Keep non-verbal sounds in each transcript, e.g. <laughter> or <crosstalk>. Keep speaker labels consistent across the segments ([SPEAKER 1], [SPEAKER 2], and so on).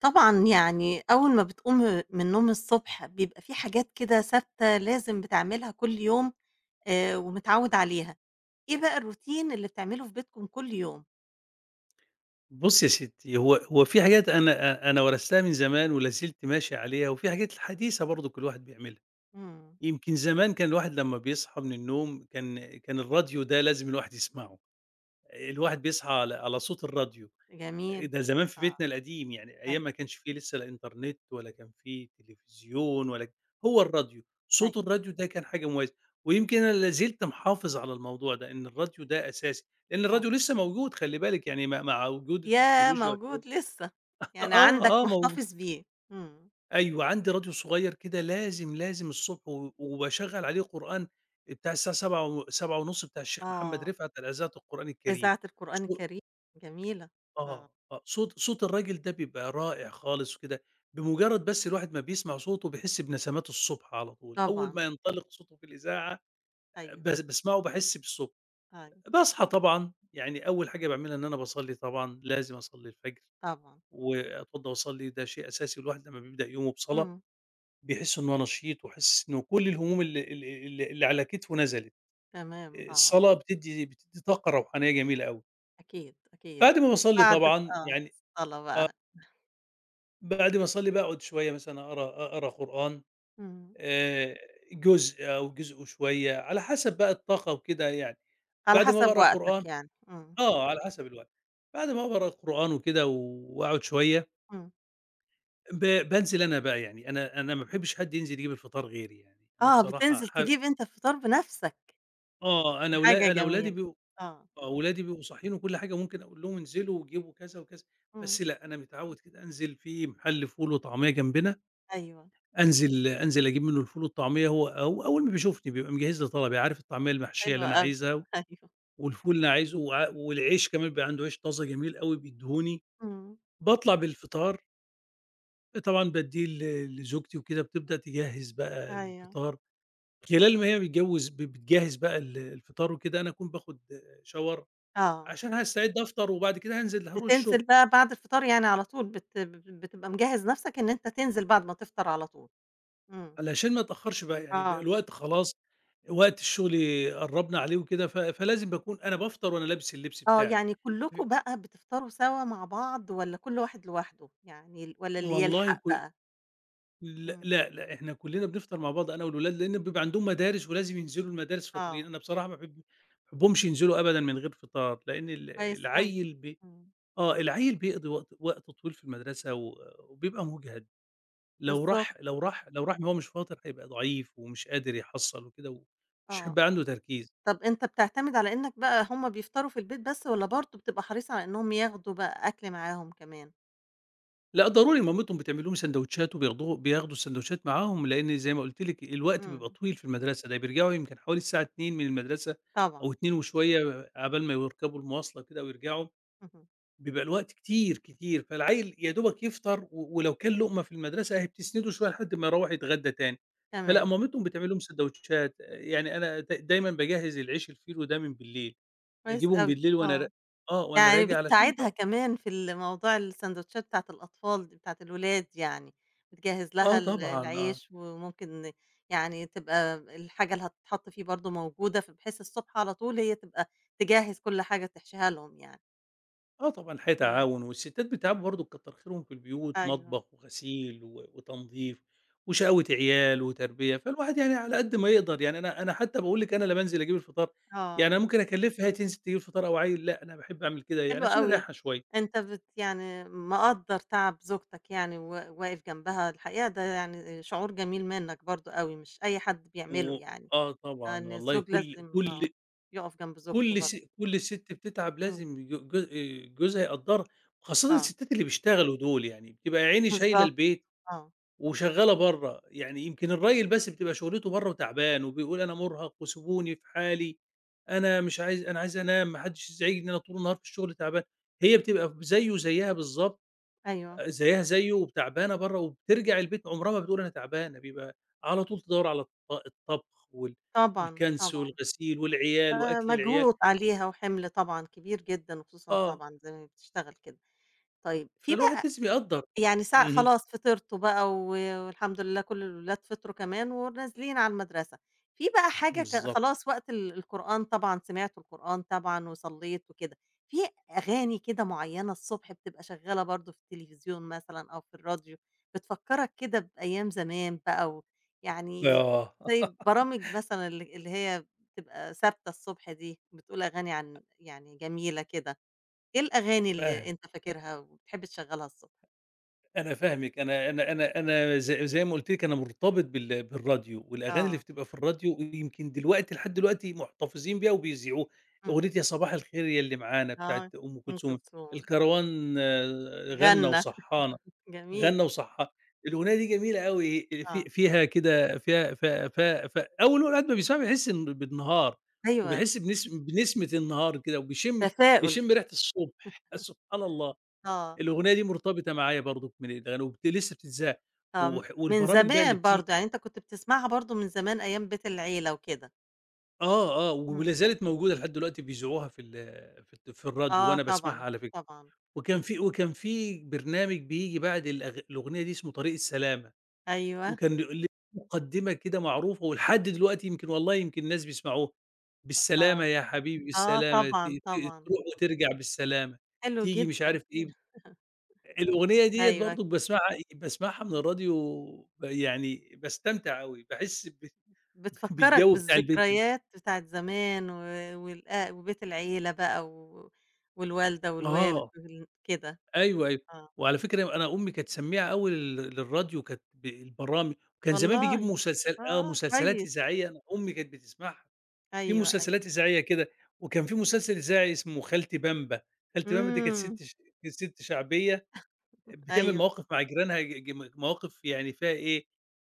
[SPEAKER 1] طبعًا، يعني أول ما بتقوم من النوم الصبح بيبقى في حاجات كده ثابتة لازم بتعملها كل يوم ومتعوّد عليها، إيه بقى الروتين اللي بتعمله في بيتكم كل يوم؟
[SPEAKER 2] بُصّي يا ستّي، هو في حاجات أنا ورثتها من زمان ولا زلت ماشي عليها، وفي حاجات حديثة برضُك الواحد بيعملها.
[SPEAKER 1] إمم،
[SPEAKER 2] يمكن زمان كان الواحد لمّا بيصحى من النوم كان الراديو ده لازم الواحد يسمعه، الواحد بيصحى على صوت الراديو،
[SPEAKER 1] جميل،
[SPEAKER 2] ده زمان في
[SPEAKER 1] آه،
[SPEAKER 2] بيتنا القديم يعني أيام ما
[SPEAKER 1] أيوه،
[SPEAKER 2] كانش في لسه لا إنترنت ولا كان في تلفزيون ولا هو الراديو، صوت
[SPEAKER 1] أيوه،
[SPEAKER 2] الراديو ده كان حاجة مميزة، ويمكن أنا لا زلت محافظ على الموضوع ده، إن الراديو ده أساسي، لإن
[SPEAKER 1] آه،
[SPEAKER 2] الراديو لسه موجود خلّي بالِك يعني مع وجود
[SPEAKER 1] ياه!
[SPEAKER 2] التكنولوجيا
[SPEAKER 1] موجود لسه، يعني
[SPEAKER 2] آه،
[SPEAKER 1] عندك
[SPEAKER 2] آه،
[SPEAKER 1] محتفظ بيه، إمم،
[SPEAKER 2] أيوه، عندي راديو صغير كده لازم، لازم الصبح و وباشغّل عليه قرآن بتاع الساعة 07:00 و 07:30 بتاع الشيخ محمد
[SPEAKER 1] آه،
[SPEAKER 2] رفعت على إذاعة القرآن الكريم.
[SPEAKER 1] إذاعة القرآن
[SPEAKER 2] صو
[SPEAKER 1] الكريم جميلة، آه،
[SPEAKER 2] آه، آه، صوت الراجل ده بيبقى رائع خالص وكده، بمجرّد بس الواحد ما بيسمع صوته بيحس بنسمات الصبح على طول، أول
[SPEAKER 1] طبعًا،
[SPEAKER 2] ما ينطلق صوته في الإذاعة
[SPEAKER 1] أيوه،
[SPEAKER 2] باسمعه باحس بالصبح.
[SPEAKER 1] أيوه،
[SPEAKER 2] باصحى طبعًا، يعني أول حاجة باعملها إن أنا باصلّي طبعًا، لازم أصلّي الفجر
[SPEAKER 1] طبعًا،
[SPEAKER 2] وأتوضّى وأصلّي، ده شيء أساسي الواحد لمّا بيبدأ يومه بصلاة.
[SPEAKER 1] إمم،
[SPEAKER 2] بيحس إن هو نشيط وحاسس إنه كل الهموم ال ال ال اللي على كتفه نزلت،
[SPEAKER 1] تمام، آه،
[SPEAKER 2] الصلاة بتدّي طاقة روحانية جميلة أوي،
[SPEAKER 1] أكيد، أكيد،
[SPEAKER 2] بعد ما باصلّي
[SPEAKER 1] بعد
[SPEAKER 2] طبعًا
[SPEAKER 1] آه،
[SPEAKER 2] يعني
[SPEAKER 1] الصلاة بقى.
[SPEAKER 2] بعد ما أصلّي باقعد شوية مثلًا أقرا قرآن
[SPEAKER 1] إمم،
[SPEAKER 2] آآ، جزء أو جزء وشوية على حسب بقى الطاقة وكده يعني،
[SPEAKER 1] على
[SPEAKER 2] بعد ما
[SPEAKER 1] حسب
[SPEAKER 2] باقرا قرآن
[SPEAKER 1] وقتك يعني، إمم،
[SPEAKER 2] آه، على حسب الوقت، بعد ما باقرا قرآن وكده وأقعد شوية
[SPEAKER 1] إمم،
[SPEAKER 2] بانزل أنا بقى يعني، أنا ما باحبش حد ينزل يجيب الفطار غيري يعني، أنا
[SPEAKER 1] آه،
[SPEAKER 2] بصراحة
[SPEAKER 1] بتنزل تجيب أنت الفطار بنفسك،
[SPEAKER 2] آه،
[SPEAKER 1] دي
[SPEAKER 2] أنا
[SPEAKER 1] حاجة
[SPEAKER 2] ولا أنا ولادي
[SPEAKER 1] جميلة،
[SPEAKER 2] بيبقوا
[SPEAKER 1] آه،
[SPEAKER 2] آه، ولادي بيبقوا صاحيين وكل حاجة، ممكن أقول لهم انزلوا وجيبوا كذا وكذا،
[SPEAKER 1] إمم،
[SPEAKER 2] بس لأ، أنا متعوّد كده أنزل في محل فول وطعمية جنبنا،
[SPEAKER 1] أيوه،
[SPEAKER 2] أنزل أجيب منه الفول والطعمية، هو أول ما بيشوفني بيبقى مجهّز لي طلبي، عارف الطعمية المحشية
[SPEAKER 1] حلو
[SPEAKER 2] اللي أنا
[SPEAKER 1] أوي،
[SPEAKER 2] عايزها
[SPEAKER 1] <laughs> أيوه،
[SPEAKER 2] والفول اللي أنا عايزه والعيش كمان بيبقى عنده عيش طازة جميل أوي بيدّيهوني،
[SPEAKER 1] إمم،
[SPEAKER 2] باطلع بالفطار طبعًا بادّيه لزوجتي وكده، بتبدأ تجهّز بقى
[SPEAKER 1] أيوه،
[SPEAKER 2] الفطار، خلال ما هي بتجوّز ب بتجهّز بقى الفطار وكده، أنا أكون باخُد shower
[SPEAKER 1] آه،
[SPEAKER 2] عشان هاستعد أفطر وبعد كده هانزل هاروح
[SPEAKER 1] بتنزل
[SPEAKER 2] الشغل.
[SPEAKER 1] بقى بعد الفطار يعني على طول بتبقى مجهّز نفسك إن أنت تنزل بعد ما تفطر على طول، إمم،
[SPEAKER 2] علشان ما اتأخّرش بقى، يعني بيبقى
[SPEAKER 1] آه،
[SPEAKER 2] الوقت خلاص وقت الشغل قرّبنا عليه وكده، ف فلازم باكون أنا بافطر وأنا لابس اللبس
[SPEAKER 1] آه،
[SPEAKER 2] بتاعي.
[SPEAKER 1] يعني
[SPEAKER 2] ف
[SPEAKER 1] كلّكم بقى بتفطروا سوا مع بعض والّا كل واحد لوحده؟ يعني والّا اللي
[SPEAKER 2] والله
[SPEAKER 1] يلحق
[SPEAKER 2] ك
[SPEAKER 1] بقى؟
[SPEAKER 2] لأ،
[SPEAKER 1] إمم،
[SPEAKER 2] لأ، لأ، إحنا كُلّنا بنفطر مع بعض أنا والولاد، لإن بيبقى عندهم مدارس ولازم ينزلوا المدارس فاطرين،
[SPEAKER 1] آه،
[SPEAKER 2] أنا بصراحة ما باحب ما باحبهمش ينزلوا أبدًا من غير فطار، لإن
[SPEAKER 1] كويس أوي،
[SPEAKER 2] العيّل
[SPEAKER 1] إمم،
[SPEAKER 2] آه، العيّل بيقضي وقت طويل في المدرسة و وبيبقى مُجهَد،
[SPEAKER 1] بالضبط،
[SPEAKER 2] لو راح وهو مش فاطر هيبقى ضعيف ومش قادر يحصّل وكده، ومش
[SPEAKER 1] آه.
[SPEAKER 2] هيبقى عنده تركيز.
[SPEAKER 1] طب أنت بتعتمد على إنك بقى هُم بيفطروا في البيت بس والّا برضه بتبقى حريص على إنهم ياخدوا بقى أكل معاهم كمان؟
[SPEAKER 2] لأ ضروري مامتهم بتعمل لهم ساندوتشات بياخدوا الساندوتشات معاهم، لإن زي ما قُلت لِك الوقت
[SPEAKER 1] إمم،
[SPEAKER 2] بيبقى طويل في المدرسة، ده بيرجعوا يمكن حوالي الساعة 14:00 من المدرسة
[SPEAKER 1] طبعًا،
[SPEAKER 2] أو 14:00 وشوية عقبال ما يركبوا المواصلة كده ويرجعوا،
[SPEAKER 1] اهم،
[SPEAKER 2] بيبقى الوقت كتير، كتير، فالعيل يا دوبك يفطر ولو كان لقمة في المدرسة أهي بتسنده شوية لحد ما يروّح يتغدى تاني، فلأ
[SPEAKER 1] تمام،
[SPEAKER 2] مامتهم بتعمل لهم ساندوتشات، يعني أنا دايمًا باجهّز العيش الفينو ده من بالليل،
[SPEAKER 1] كويس
[SPEAKER 2] باجيبه من
[SPEAKER 1] أوي،
[SPEAKER 2] بالليل وأنا ر
[SPEAKER 1] آه،
[SPEAKER 2] آه، وأنا
[SPEAKER 1] يعني
[SPEAKER 2] راجع علشان
[SPEAKER 1] بتساعدها كمان في موضوع الساندوتشات بتاعة الأطفال دي، بتاعة الولاد يعني، بتجهّز لها
[SPEAKER 2] آه طبعًا، آه.
[SPEAKER 1] العيش وممكن يعني تبقى الحاجة اللي هتتحط فيه برضه موجودة، فبحيث الصبح على طول هي تبقى تجهّز كل حاجة تحشيها لهم يعني،
[SPEAKER 2] آه طبعًا الحقيقة
[SPEAKER 1] إمم،
[SPEAKER 2] تعاون، والستات بيتعبوا برضه كتّر خيرهم في البيوت،
[SPEAKER 1] أيوه،
[SPEAKER 2] مطبخ وغسيل وتنضيف وشقاوة عيال وتربية، فالواحد يعني على قد ما يقدر، يعني أنا حتى باقول لِك أنا لا بانزل أجيب الفطار، يعني
[SPEAKER 1] آه.
[SPEAKER 2] أنا ممكن أكلّفها هي تنزل تجيب الفطار أو عيّل، لأ أنا باحب أعمل كده يعني
[SPEAKER 1] حلو
[SPEAKER 2] عشان
[SPEAKER 1] أوي.
[SPEAKER 2] أريّحها شوية.
[SPEAKER 1] أنت يعني مقدّر تعب زوجتك يعني واقف جنبها، الحقيقة ده يعني شعور جميل منّك برضه أوي، مش أي حد بيعمله
[SPEAKER 2] و
[SPEAKER 1] يعني،
[SPEAKER 2] آه طبعًا،
[SPEAKER 1] إن
[SPEAKER 2] والله
[SPEAKER 1] الزوج
[SPEAKER 2] كل
[SPEAKER 1] لازم آه،
[SPEAKER 2] كل
[SPEAKER 1] يقف جنب زوجته
[SPEAKER 2] كل س
[SPEAKER 1] برضه.
[SPEAKER 2] كل ست بتتعب
[SPEAKER 1] إمم،
[SPEAKER 2] لازم ج ج جوزها يقدّرها، وخاصةً
[SPEAKER 1] آه،
[SPEAKER 2] الستات اللي بيشتغلوا دول، يعني بتبقى يا عيني شايلة
[SPEAKER 1] بالضبط،
[SPEAKER 2] البيت
[SPEAKER 1] آه،
[SPEAKER 2] وشغّالة برّه، يعني يمكن الراجل بس بتبقى شُغلته برّه وتعبان وبيقول أنا مُرهَق وسيبوني في حالي، أنا عايز أنام، ما حدّش يزعجني، أنا طول النهار في الشغل تعبان، هي بتبقى زيه زيّها بالضبط،
[SPEAKER 1] أيوه،
[SPEAKER 2] زيّها زيه وتعبانة برّه وبترجع البيت عُمرها ما بتقول أنا تعبانة، بيبقى على طول تدوّر على الطبخ
[SPEAKER 1] طبعًا،
[SPEAKER 2] والكَنْس
[SPEAKER 1] طبعًا،
[SPEAKER 2] والغسيل والعيال وأكل العيال،
[SPEAKER 1] فمجهود عليها وحِمل طبعًا كبير جدًا وخصوصًا
[SPEAKER 2] آه،
[SPEAKER 1] طبعًا زي ما بتشتغل كده. طيب في
[SPEAKER 2] فالواحد
[SPEAKER 1] بقى
[SPEAKER 2] لازم يقدّر.
[SPEAKER 1] يعني
[SPEAKER 2] اهم،
[SPEAKER 1] خلاص فطرتوا بقى والحمد لله كل الولاد فطروا كمان ونازلين على المدرسة. في بقى حاجة
[SPEAKER 2] بالضبط،
[SPEAKER 1] خلاص وقت القرآن طبعًا سمعتوا القرآن طبعًا وصلّيت وكده، في أغاني كده معيّنة الصبح بتبقى شغّالة برضه في التلفزيون مثلًا أو في الراديو، بتفكّرك كده بأيام زمان بقى و يعني
[SPEAKER 2] آه،
[SPEAKER 1] زي برامج مثلًا اللي هي بتبقى ثابتة الصبح دي، بتقول أغاني عن يعني جميلة كده، إيه الأغاني اللي
[SPEAKER 2] فاهم.
[SPEAKER 1] أنت فاكرها وبتحب تشغّلها الصبح؟
[SPEAKER 2] أنا فاهمِك، أنا أنا أنا أنا ز زي ما قُلت لِك أنا مرتبط بالراديو، والأغاني اللي
[SPEAKER 1] آه.
[SPEAKER 2] بتبقى في الراديو يمكن دلوقتي لحد دلوقتي محتفظين بيها وبيذيعوها،
[SPEAKER 1] إمم.
[SPEAKER 2] أغنية يا صباح الخير يا اللي معانا بتاعة
[SPEAKER 1] آه،
[SPEAKER 2] أم
[SPEAKER 1] أم
[SPEAKER 2] كلثوم،
[SPEAKER 1] كلثوم،
[SPEAKER 2] الكروان آه، غنّى
[SPEAKER 1] غنّى،
[SPEAKER 2] وصحّانا،
[SPEAKER 1] جميل،
[SPEAKER 2] غنّى وصحّا الأغنية دي جميلة أوي، في
[SPEAKER 1] آه.
[SPEAKER 2] فيها كده فيها ف ف ف أول الواحد ما بيسمعها بيحس إن بالنهار،
[SPEAKER 1] أيوه،
[SPEAKER 2] وبيحس بنسمة النهار كده، وبيشم
[SPEAKER 1] تفاؤل،
[SPEAKER 2] ريحة الصبح، <laughs> سبحان الله.
[SPEAKER 1] آه،
[SPEAKER 2] الأغنية دي مرتبطة معايا برضُك من الأغاني لسه بتتذاع،
[SPEAKER 1] آه، من
[SPEAKER 2] والبرامج بقى اللي
[SPEAKER 1] زمان
[SPEAKER 2] بتيجي
[SPEAKER 1] برضه، يعني أنت كنت بتسمعها برضه من زمان أيام بيت العيلة وكده.
[SPEAKER 2] آه، آه،
[SPEAKER 1] إمم.
[SPEAKER 2] ولا زالت موجودة لحد دلوقتي بيذاعوها في الراديو
[SPEAKER 1] آه
[SPEAKER 2] وأنا باسمعها
[SPEAKER 1] طبعًا،
[SPEAKER 2] على فكرة،
[SPEAKER 1] طبعًا، أكيد.
[SPEAKER 2] وكان في برنامج بييجي بعد الأغنية دي اسمه طريق السلامة،
[SPEAKER 1] أيوه،
[SPEAKER 2] وكان ليه مقدمة كده معروفة ولحد دلوقتي يمكن والله يمكن ناس بيسمعوها،
[SPEAKER 1] آه،
[SPEAKER 2] بالسلامة يا حبيبي
[SPEAKER 1] آه
[SPEAKER 2] بالسلامة ت
[SPEAKER 1] طبعًا،
[SPEAKER 2] ت
[SPEAKER 1] طبعًا،
[SPEAKER 2] تروح وترجع بالسلامة،
[SPEAKER 1] حلو
[SPEAKER 2] تيجي مش
[SPEAKER 1] جدًا،
[SPEAKER 2] عارف إيه الأغنية ديّة
[SPEAKER 1] أيوه،
[SPEAKER 2] برضه باسمعها من الراديو يعني باستمتع أوي، باحس ب <laughs>
[SPEAKER 1] بتفكّرك
[SPEAKER 2] بالجو بتاع البيت
[SPEAKER 1] بالذكريات بتاعة زمان و وبيت العيلة بقى والوالدة والوالد
[SPEAKER 2] آه،
[SPEAKER 1] كده،
[SPEAKER 2] أيوه، أيوه.
[SPEAKER 1] آه،
[SPEAKER 2] وعلى فكرة أنا أمي كانت سميعة أوي للراديو كانت بالبرامج وكان زمان بيجيب
[SPEAKER 1] والله!
[SPEAKER 2] آه،
[SPEAKER 1] آه،
[SPEAKER 2] مسلسلات
[SPEAKER 1] كويس.
[SPEAKER 2] إذاعية أنا أمي كانت بتسمعها، في
[SPEAKER 1] أيوه، أيوه.
[SPEAKER 2] مسلسلات إذاعية كده، وكان في مسلسل إذاعي اسمه خالتي بامبا، خالتي بامبا دي
[SPEAKER 1] إمم،
[SPEAKER 2] كانت سِت شعبية بتعمل
[SPEAKER 1] أيوه،
[SPEAKER 2] مواقف مع جيرانها ج ج مواقف يعني فيها إيه،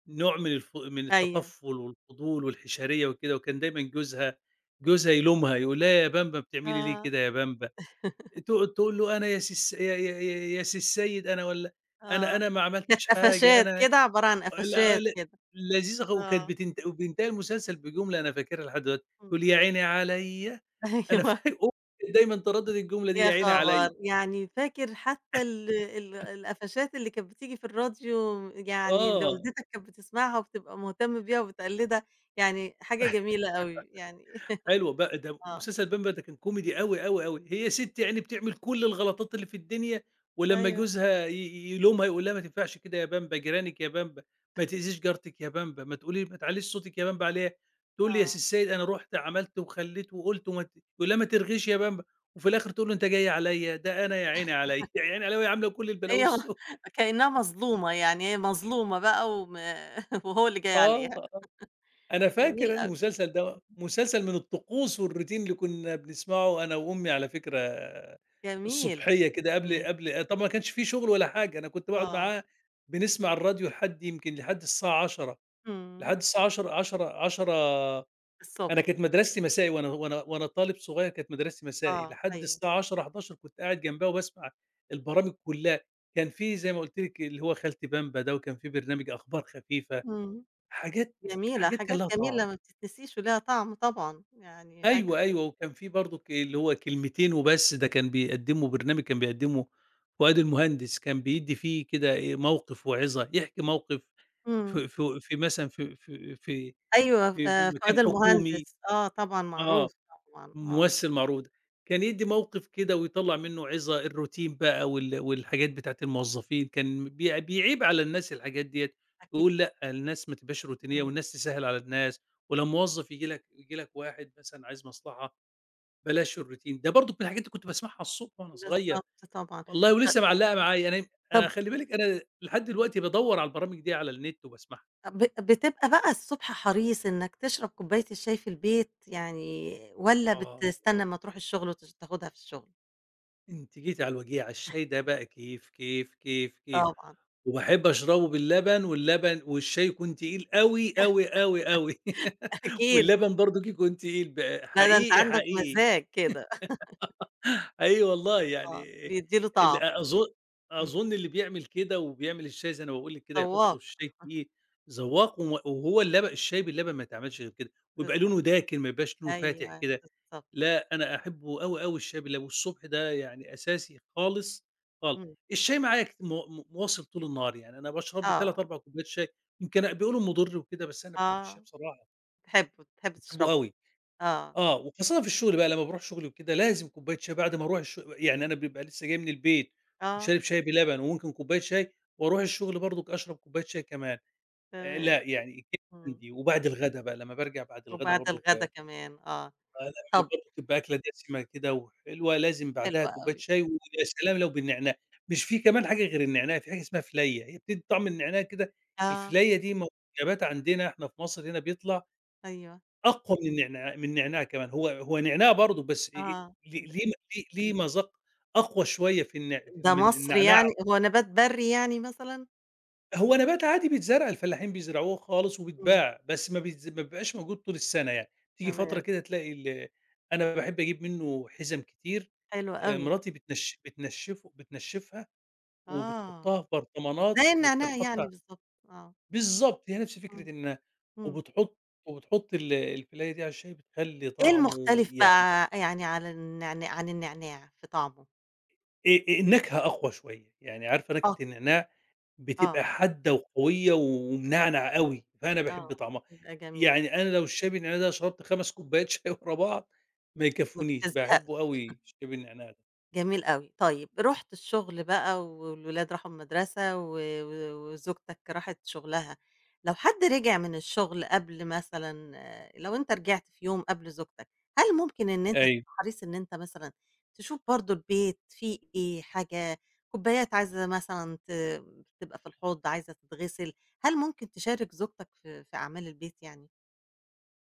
[SPEAKER 2] نوع من
[SPEAKER 1] أيوه.
[SPEAKER 2] التطفُّل والفضول والحشرية وكده، وكان دايمًا جوزها يلومها، يقول لها: «يا بمبة بتعملي ليه
[SPEAKER 1] آه،
[SPEAKER 2] كده يا بمبة؟»
[SPEAKER 1] <laughs>
[SPEAKER 2] تقعد تقول له: «أنا يا سي السيد أنا والّا أنا
[SPEAKER 1] آه.
[SPEAKER 2] أنا ما
[SPEAKER 1] كانت
[SPEAKER 2] عملتش حاجة،
[SPEAKER 1] قفشات
[SPEAKER 2] أنا»
[SPEAKER 1] كده، عبارة عن
[SPEAKER 2] لا
[SPEAKER 1] قفشات
[SPEAKER 2] ل
[SPEAKER 1] كده.
[SPEAKER 2] لذيذة وكانت
[SPEAKER 1] آه،
[SPEAKER 2] بتنت وبينتهي المسلسل بجملة أنا فاكرها لحد دلوقتي،
[SPEAKER 1] إمم.
[SPEAKER 2] تقول: «يا عيني عليّا»
[SPEAKER 1] <laughs>
[SPEAKER 2] أنا
[SPEAKER 1] أيوه،
[SPEAKER 2] فا أمي كانت <laughs> دايمًا تردد الجملة دي،
[SPEAKER 1] يا
[SPEAKER 2] «يا عيني
[SPEAKER 1] خبر!
[SPEAKER 2] عليّا.»
[SPEAKER 1] يعني فاكر حتى ال القفشات اللي كانت بتيجي في الراديو يعني اللي
[SPEAKER 2] آه.
[SPEAKER 1] والدتك كانت بتسمعها وبتبقى مهتم بيها وبتقلّدها، يعني حاجة جميلة أوي يعني
[SPEAKER 2] حلو بقى ده
[SPEAKER 1] <laughs> آه،
[SPEAKER 2] مسلسل بامبا ده كان كوميدي
[SPEAKER 1] إمم،
[SPEAKER 2] أوي، أوي، أوي. هي
[SPEAKER 1] إمم.
[SPEAKER 2] ست يعني بتعمل كل الغلطات اللي في الدنيا، ولمّا
[SPEAKER 1] أيوه،
[SPEAKER 2] جوزها يلومها يقول لها: «ما تنفعش كده يا بامبا، جيرانِك يا بامبا، ما تأذيش جارتِك يا بامبا، ما تقولي ما تعليش صوتِك يا بامبا عليها.» تقول لي: «يا سي
[SPEAKER 1] آه.
[SPEAKER 2] السيد أنا رُحت عملت وخلّيت وقُلت.» وما ت يقول لها: «ما ترغيش يا بامبا.» وفي الآخر تقول له: «أنت جاي عليّا، ده أنا يا عيني عليّا.» <laughs> يا عيني عليّا وهي عاملة كل البلاوي
[SPEAKER 1] هي
[SPEAKER 2] السو
[SPEAKER 1] <laughs> كإنها مظلومة، يعني هي مظلومة بقى <laughs> وهو اللي جاي
[SPEAKER 2] آه.
[SPEAKER 1] عليها.
[SPEAKER 2] أنا فاكر
[SPEAKER 1] جميل
[SPEAKER 2] أنا
[SPEAKER 1] أوي،
[SPEAKER 2] المسلسل ده، مسلسل من الطقوس والروتين اللي كنا بنسمعه أنا وأمي على فكرة
[SPEAKER 1] جميل،
[SPEAKER 2] الصبحية كده قبل
[SPEAKER 1] جميل،
[SPEAKER 2] قبل طبعًا ما كانش في شغل ولا حاجة، أنا كنت باقعد
[SPEAKER 1] آه،
[SPEAKER 2] معاها بنسمع الراديو لحد يمكن لحد الساعة 22:00
[SPEAKER 1] إمم،
[SPEAKER 2] لحد الساعة 22:00 22:00 22:00 أنا كانت
[SPEAKER 1] الصبح،
[SPEAKER 2] مدرستي مسائي وأنا طالب صغير كانت مدرستي مسائي،
[SPEAKER 1] آه،
[SPEAKER 2] لحد
[SPEAKER 1] أيوه،
[SPEAKER 2] الساعة 22:00 23:00 كنت قاعد جنبها وباسمع البرامج كلها، كان في زي ما قلت لِك اللي هو خالتي بامبا ده، وكان في برنامج أخبار خفيفة،
[SPEAKER 1] إمم،
[SPEAKER 2] حاجات
[SPEAKER 1] جميلة،
[SPEAKER 2] حاجات كان
[SPEAKER 1] حاجات
[SPEAKER 2] لها طعم.
[SPEAKER 1] جميلة ما بتتنسيش وليها طعم طبعًا، يعني حاجة
[SPEAKER 2] أيوه،
[SPEAKER 1] حلوة،
[SPEAKER 2] أيوه، وكان في برضُك اللي هو كلمتين وبس، ده كان بيقدّمه برنامج كان بيقدّمه فؤاد المهندس، كان بيدّي فيه كده إيه، موقف وعِظة، يحكي موقف
[SPEAKER 1] إمم،
[SPEAKER 2] في
[SPEAKER 1] أيوه،
[SPEAKER 2] في
[SPEAKER 1] فؤاد
[SPEAKER 2] مكان حكومي
[SPEAKER 1] المهندس، آه، طبعًا
[SPEAKER 2] آه،
[SPEAKER 1] معروف طبعًا، آه،
[SPEAKER 2] ممثّل معروف ده، كان يدّي موقف كده ويطلّع منّه عِظة، الروتين بقى والحاجات بتاعة الموظفين، كان بيعيب على الناس الحاجات ديّة،
[SPEAKER 1] أكيد.
[SPEAKER 2] يقول لأ، الناس ما تبقاش روتينية
[SPEAKER 1] إمم،
[SPEAKER 2] والناس تسهّل على الناس، ولمّا موظف ييجي لك واحد مثلًا عايز مصلحة بلاش الروتين، ده برضك من الحاجات اللي كنت باسمعها الصبح وأنا صغير،
[SPEAKER 1] بالضبط طبعًا،
[SPEAKER 2] والله
[SPEAKER 1] ط
[SPEAKER 2] ولسه معلقة معايا، أنا
[SPEAKER 1] طب
[SPEAKER 2] خلّي بالِك أنا لحد دلوقتي بادوّر على البرامج دي على النت وباسمعها.
[SPEAKER 1] بتبقى بقى الصبح حريص إنك تشرب كوباية الشاي في البيت يعني والّا
[SPEAKER 2] آه،
[SPEAKER 1] بتستنى أمّا تروح الشغل تاخدها في الشغل؟
[SPEAKER 2] أنتِ جيتِ على الوجيعة، الشاي ده بقى كيف، كيف، كيف، كيف،
[SPEAKER 1] طبعًا،
[SPEAKER 2] وباحب أشربه باللبن واللبن والشاي يكون تقيل أوي، أوي، أوي، أوي
[SPEAKER 1] <laughs>
[SPEAKER 2] <laughs>
[SPEAKER 1] أكيد.
[SPEAKER 2] واللبن برضك يكون تقيل بقى،
[SPEAKER 1] لا ده أنت
[SPEAKER 2] حقيقي،
[SPEAKER 1] عندك
[SPEAKER 2] حقيقي.
[SPEAKER 1] مزاج كده، <laughs>
[SPEAKER 2] أيوه والله
[SPEAKER 1] آه،
[SPEAKER 2] يعني
[SPEAKER 1] بيدّي له طعم،
[SPEAKER 2] أظن
[SPEAKER 1] إمم،
[SPEAKER 2] أظن اللي بيعمل كده وبيعمل الشاي زي أنا باقول لِك كده يحطوا
[SPEAKER 1] ذواق،
[SPEAKER 2] الشاي فيه زواق وهو اللبن الشاي باللبن ما يتعملش غير كده، ويبقى
[SPEAKER 1] بالضبط،
[SPEAKER 2] لونه داكن ما يبقاش لونه فاتح
[SPEAKER 1] أيوه
[SPEAKER 2] كده،
[SPEAKER 1] بالضبط،
[SPEAKER 2] لا أنا أحبه أوي، أوي الشاي باللبن، والصبح ده يعني أساسي خالص، خالص.
[SPEAKER 1] إمم،
[SPEAKER 2] الشاي معايا كت مو م مواصل طول النهار، يعني أنا باشرب لي 3،
[SPEAKER 1] آه،
[SPEAKER 2] 4 كوبايات شاي، يمكن بيقولوا مضر وكده بس أنا باحب الشاي
[SPEAKER 1] آه،
[SPEAKER 2] بصراحة،
[SPEAKER 1] تحبه، تحب
[SPEAKER 2] باحبه
[SPEAKER 1] تشربه،
[SPEAKER 2] أوي.
[SPEAKER 1] آه،
[SPEAKER 2] آه، وخاصةً في الشغل بقى لمّا باروح شغلي وكده لازم كوباية شاي بعد ما أروح يعني أنا بيبقى لسه جاي من البيت
[SPEAKER 1] آه،
[SPEAKER 2] وشارب شاي بلبن وممكن كوباية شاي وأروح الشغل برضك أشرب كوباية شاي كمان، لأ
[SPEAKER 1] تمام،
[SPEAKER 2] يعني كده
[SPEAKER 1] إمم،
[SPEAKER 2] عندي، وبعد الغدا بقى لمّا بارجع بعد الغدا
[SPEAKER 1] وبعد
[SPEAKER 2] برضك
[SPEAKER 1] الغدا كمان، آه،
[SPEAKER 2] لمّا
[SPEAKER 1] طَب
[SPEAKER 2] برضه تبقى أكلة دسمة كده وحلوة لازم
[SPEAKER 1] حلو
[SPEAKER 2] بعدها كوباية
[SPEAKER 1] أوي،
[SPEAKER 2] شاي ويا سلام لو بالنعناع، مش في كمان حاجة غير النعناع، في حاجة اسمها فليّة، هي بتدّي طعم النعناع كده،
[SPEAKER 1] آه،
[SPEAKER 2] الفليّة دي موجبات عندنا إحنا في مصر هنا بيطلع
[SPEAKER 1] أيوه،
[SPEAKER 2] أقوى من النعناع كمان، هو نعناع برضه بس
[SPEAKER 1] آه،
[SPEAKER 2] ليه ليه مذاق أقوى شوية في
[SPEAKER 1] ده
[SPEAKER 2] من
[SPEAKER 1] مصري
[SPEAKER 2] النعناع،
[SPEAKER 1] يعني، هو نبات بري يعني مثلًا؟
[SPEAKER 2] هو نبات عادي بيتزرع، الفلاحين بيزرعوه خالص
[SPEAKER 1] إمم،
[SPEAKER 2] وبيتباع، بس ما بيبقاش موجود طول السنة يعني، تيجي فترة
[SPEAKER 1] تمام،
[SPEAKER 2] كده تلاقي أنا باحب أجيب منه حِزَم كتير،
[SPEAKER 1] حلو أوي،
[SPEAKER 2] مراتي بتنشّفها
[SPEAKER 1] آه،
[SPEAKER 2] وبتحطها في برطمانات
[SPEAKER 1] زي النعناع
[SPEAKER 2] وبتنحط ع
[SPEAKER 1] يعني بالضبط، آه،
[SPEAKER 2] بالضبط، هي نفس
[SPEAKER 1] إمم،
[SPEAKER 2] فكرة إن
[SPEAKER 1] إمم.
[SPEAKER 2] وبتحط وبتحط الفلاية دي على الشاي بتخلّي
[SPEAKER 1] إيه
[SPEAKER 2] طعمه
[SPEAKER 1] المختلف
[SPEAKER 2] يعني
[SPEAKER 1] بقى يعني على النعناع عن النعناع في طعمه؟
[SPEAKER 2] النكهة أقوى شوية، يعني عارفة
[SPEAKER 1] آه.
[SPEAKER 2] نكهة النعناع بتبقى
[SPEAKER 1] آه،
[SPEAKER 2] حادة وقوية ومنعنع أوي، فأنا
[SPEAKER 1] آه،
[SPEAKER 2] باحب طعمها،
[SPEAKER 1] بيبقى جميلة
[SPEAKER 2] يعني أنا لو الشاي بالنعناع ده شربت 5 كوبايات <laughs> شاي ورا بعض ما
[SPEAKER 1] ما
[SPEAKER 2] يكفونيش، باحبه
[SPEAKER 1] بتزهقش.
[SPEAKER 2] أوي شاي بالنعناع ده.
[SPEAKER 1] جميل أوي. طيب رُحت الشغل بقى والولاد راحوا المدرسة و و وزوجتك راحت شغلها، لو حد رجع من الشغل قبل مثلًا آه، لو أنت رجعت في يوم قبل زوجتك، هل ممكن إن أنت
[SPEAKER 2] أيوه.
[SPEAKER 1] تبقى حريص إن أنت مثلًا تشوف برضه البيت فيه إيه، حاجة كوبايات عايزة مثلًا تبقى في الحوض عايزة تتغسل، هل ممكن تشارك زوجتك في أعمال البيت يعني؟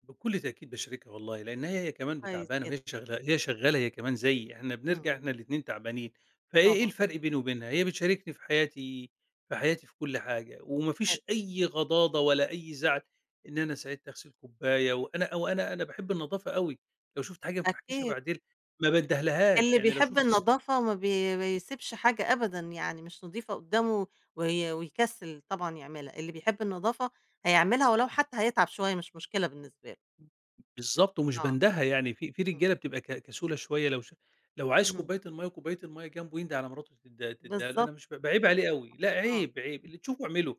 [SPEAKER 2] بكل تأكيد باشاركها والله، لإن هي كمان
[SPEAKER 1] كويس
[SPEAKER 2] تعبانة
[SPEAKER 1] جدًا،
[SPEAKER 2] وهي شغلا هي شغالة هي كمان زيي، إحنا
[SPEAKER 1] إمم،
[SPEAKER 2] بنرجع إحنا الاتنين تعبانين، إيه
[SPEAKER 1] طبعًا،
[SPEAKER 2] الفرق بيني وبينها؟ هي بتشاركني في حياتي في كل حاجة، وما
[SPEAKER 1] حلو،
[SPEAKER 2] فيش أي غضاضة ولا أي زعل إن أنا ساعدت أغسل كوباية، وأنا وأنا أنا باحب النضافة أوي، لو شُفت حاجة ما انفعكشها
[SPEAKER 1] أكيد.
[SPEAKER 2] بعدين ما بادّهلهاش،
[SPEAKER 1] اللي
[SPEAKER 2] يعني لو
[SPEAKER 1] بيحب
[SPEAKER 2] شُفت
[SPEAKER 1] النضافة ما بيسيبش حاجة أبدًا، يعني مش نضيفة قدّامه ويكسّل طبعًا يعملها، اللي بيحب النضافة هيعملها ولو حتى هيتعب شوية مش مشكلة بالنسبة له،
[SPEAKER 2] بالضبط، ومش
[SPEAKER 1] آه،
[SPEAKER 2] باندهها يعني في في
[SPEAKER 1] إمم،
[SPEAKER 2] رجالة بتبقى كسولة شوية لو عايز
[SPEAKER 1] إمم،
[SPEAKER 2] كوباية المَيّة وكوباية المَيّة جنبه يندهى على مراته تدّيها له، أنا
[SPEAKER 1] بالضبط
[SPEAKER 2] مش باعيب عليه أوي، لأ
[SPEAKER 1] آه، اهم،
[SPEAKER 2] عيب، عيب، اللي
[SPEAKER 1] إمم،
[SPEAKER 2] تشوفه اعمله،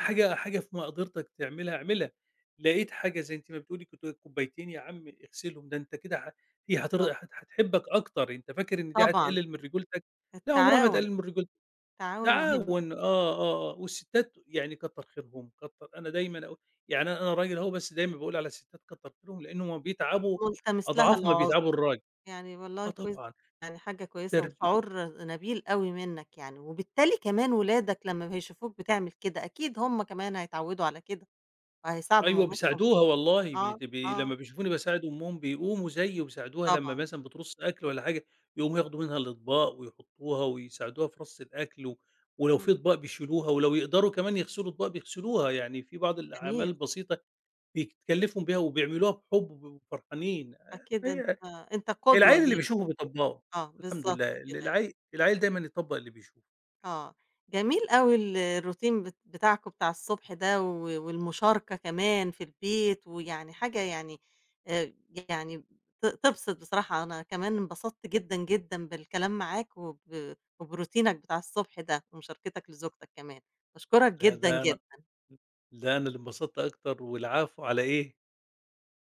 [SPEAKER 1] إمم.
[SPEAKER 2] حاجة في مقدرتك تعملها اعملها، لقيت حاجة زي أنتِ ما بتقولي كوبايتين يا عم اغسلهم، ده أنت كده هي هتر
[SPEAKER 1] بالضبط،
[SPEAKER 2] هت هتحبك أكتر، أنت فاكر إن دي
[SPEAKER 1] طبعًا
[SPEAKER 2] هتقلل من رجولتك؟ لأ عمرها ما
[SPEAKER 1] التعاون،
[SPEAKER 2] هتقلل من رجولتك.
[SPEAKER 1] التعاون مهم،
[SPEAKER 2] تعاون آه، آه، آه، والستّات يعني كتّر خيرهم، أنا دايمًا أقول يعني أنا راجل أهو بس دايمًا باقول على الستّات كتّر خيرهم، لإنهم بيتعبوا
[SPEAKER 1] ملتمس لها
[SPEAKER 2] أضعاف ما
[SPEAKER 1] العذر،
[SPEAKER 2] بيتعبوا الراجل،
[SPEAKER 1] يعني والله
[SPEAKER 2] آه
[SPEAKER 1] كويس
[SPEAKER 2] طبعًا،
[SPEAKER 1] يعني حاجة كويسة
[SPEAKER 2] ترب
[SPEAKER 1] وشعور نبيل أوي منّك يعني، وبالتالي كمان ولادك لمّا هيشوفوك بتعمل كده أكيد هُم كمان هيتعودوا على كده، وهيساعدوا
[SPEAKER 2] أيوه
[SPEAKER 1] مامتهم
[SPEAKER 2] بيساعدوها والله
[SPEAKER 1] آه،
[SPEAKER 2] بيت بي
[SPEAKER 1] آه،
[SPEAKER 2] لمّا بيشوفوني باساعد أمهم بيقوموا زيي وبيساعدوها لمّا
[SPEAKER 1] طبعًا،
[SPEAKER 2] مثلًا بترُص أكل والّا حاجة، يقوموا ياخدوا منها الأطباق ويحطّوها ويساعدوها في رص الأكل ولو في
[SPEAKER 1] إمم،
[SPEAKER 2] أطباق بيشيلوها، ولو يقدروا كمان يغسلوا أطباق بيغسلوها، يعني في بعض الأعمال
[SPEAKER 1] جميل،
[SPEAKER 2] البسيطة بيكلّفهم بيها وبيعملوها بحُب وبيبقوا فرحانين،
[SPEAKER 1] أكيد أنت
[SPEAKER 2] هي
[SPEAKER 1] أنت قدوة
[SPEAKER 2] العيّل اللي
[SPEAKER 1] ليهم،
[SPEAKER 2] بيشوفه بيطبّقه،
[SPEAKER 1] آه،
[SPEAKER 2] الحمد
[SPEAKER 1] بالضبط
[SPEAKER 2] لله ال
[SPEAKER 1] كده،
[SPEAKER 2] العيّل العيّل دايمًا يطبّق اللي بيشوفه.
[SPEAKER 1] آه، جميل أوي الروتين بتاعكم بتاع الصبح ده والمشاركة كمان في البيت، ويعني حاجة يعني آآ، يعني تبسط بصراحة، أنا كمان انبسطت جدًا، جدًا بالكلام معاك وبروتينك بتاع الصبح ده، ومشاركتك لزوجتك كمان، باشكرك
[SPEAKER 2] لا
[SPEAKER 1] جدًا،
[SPEAKER 2] ده أنا
[SPEAKER 1] جدًا.
[SPEAKER 2] ده أنا اللي انبسطت أكتر، والعفو على إيه؟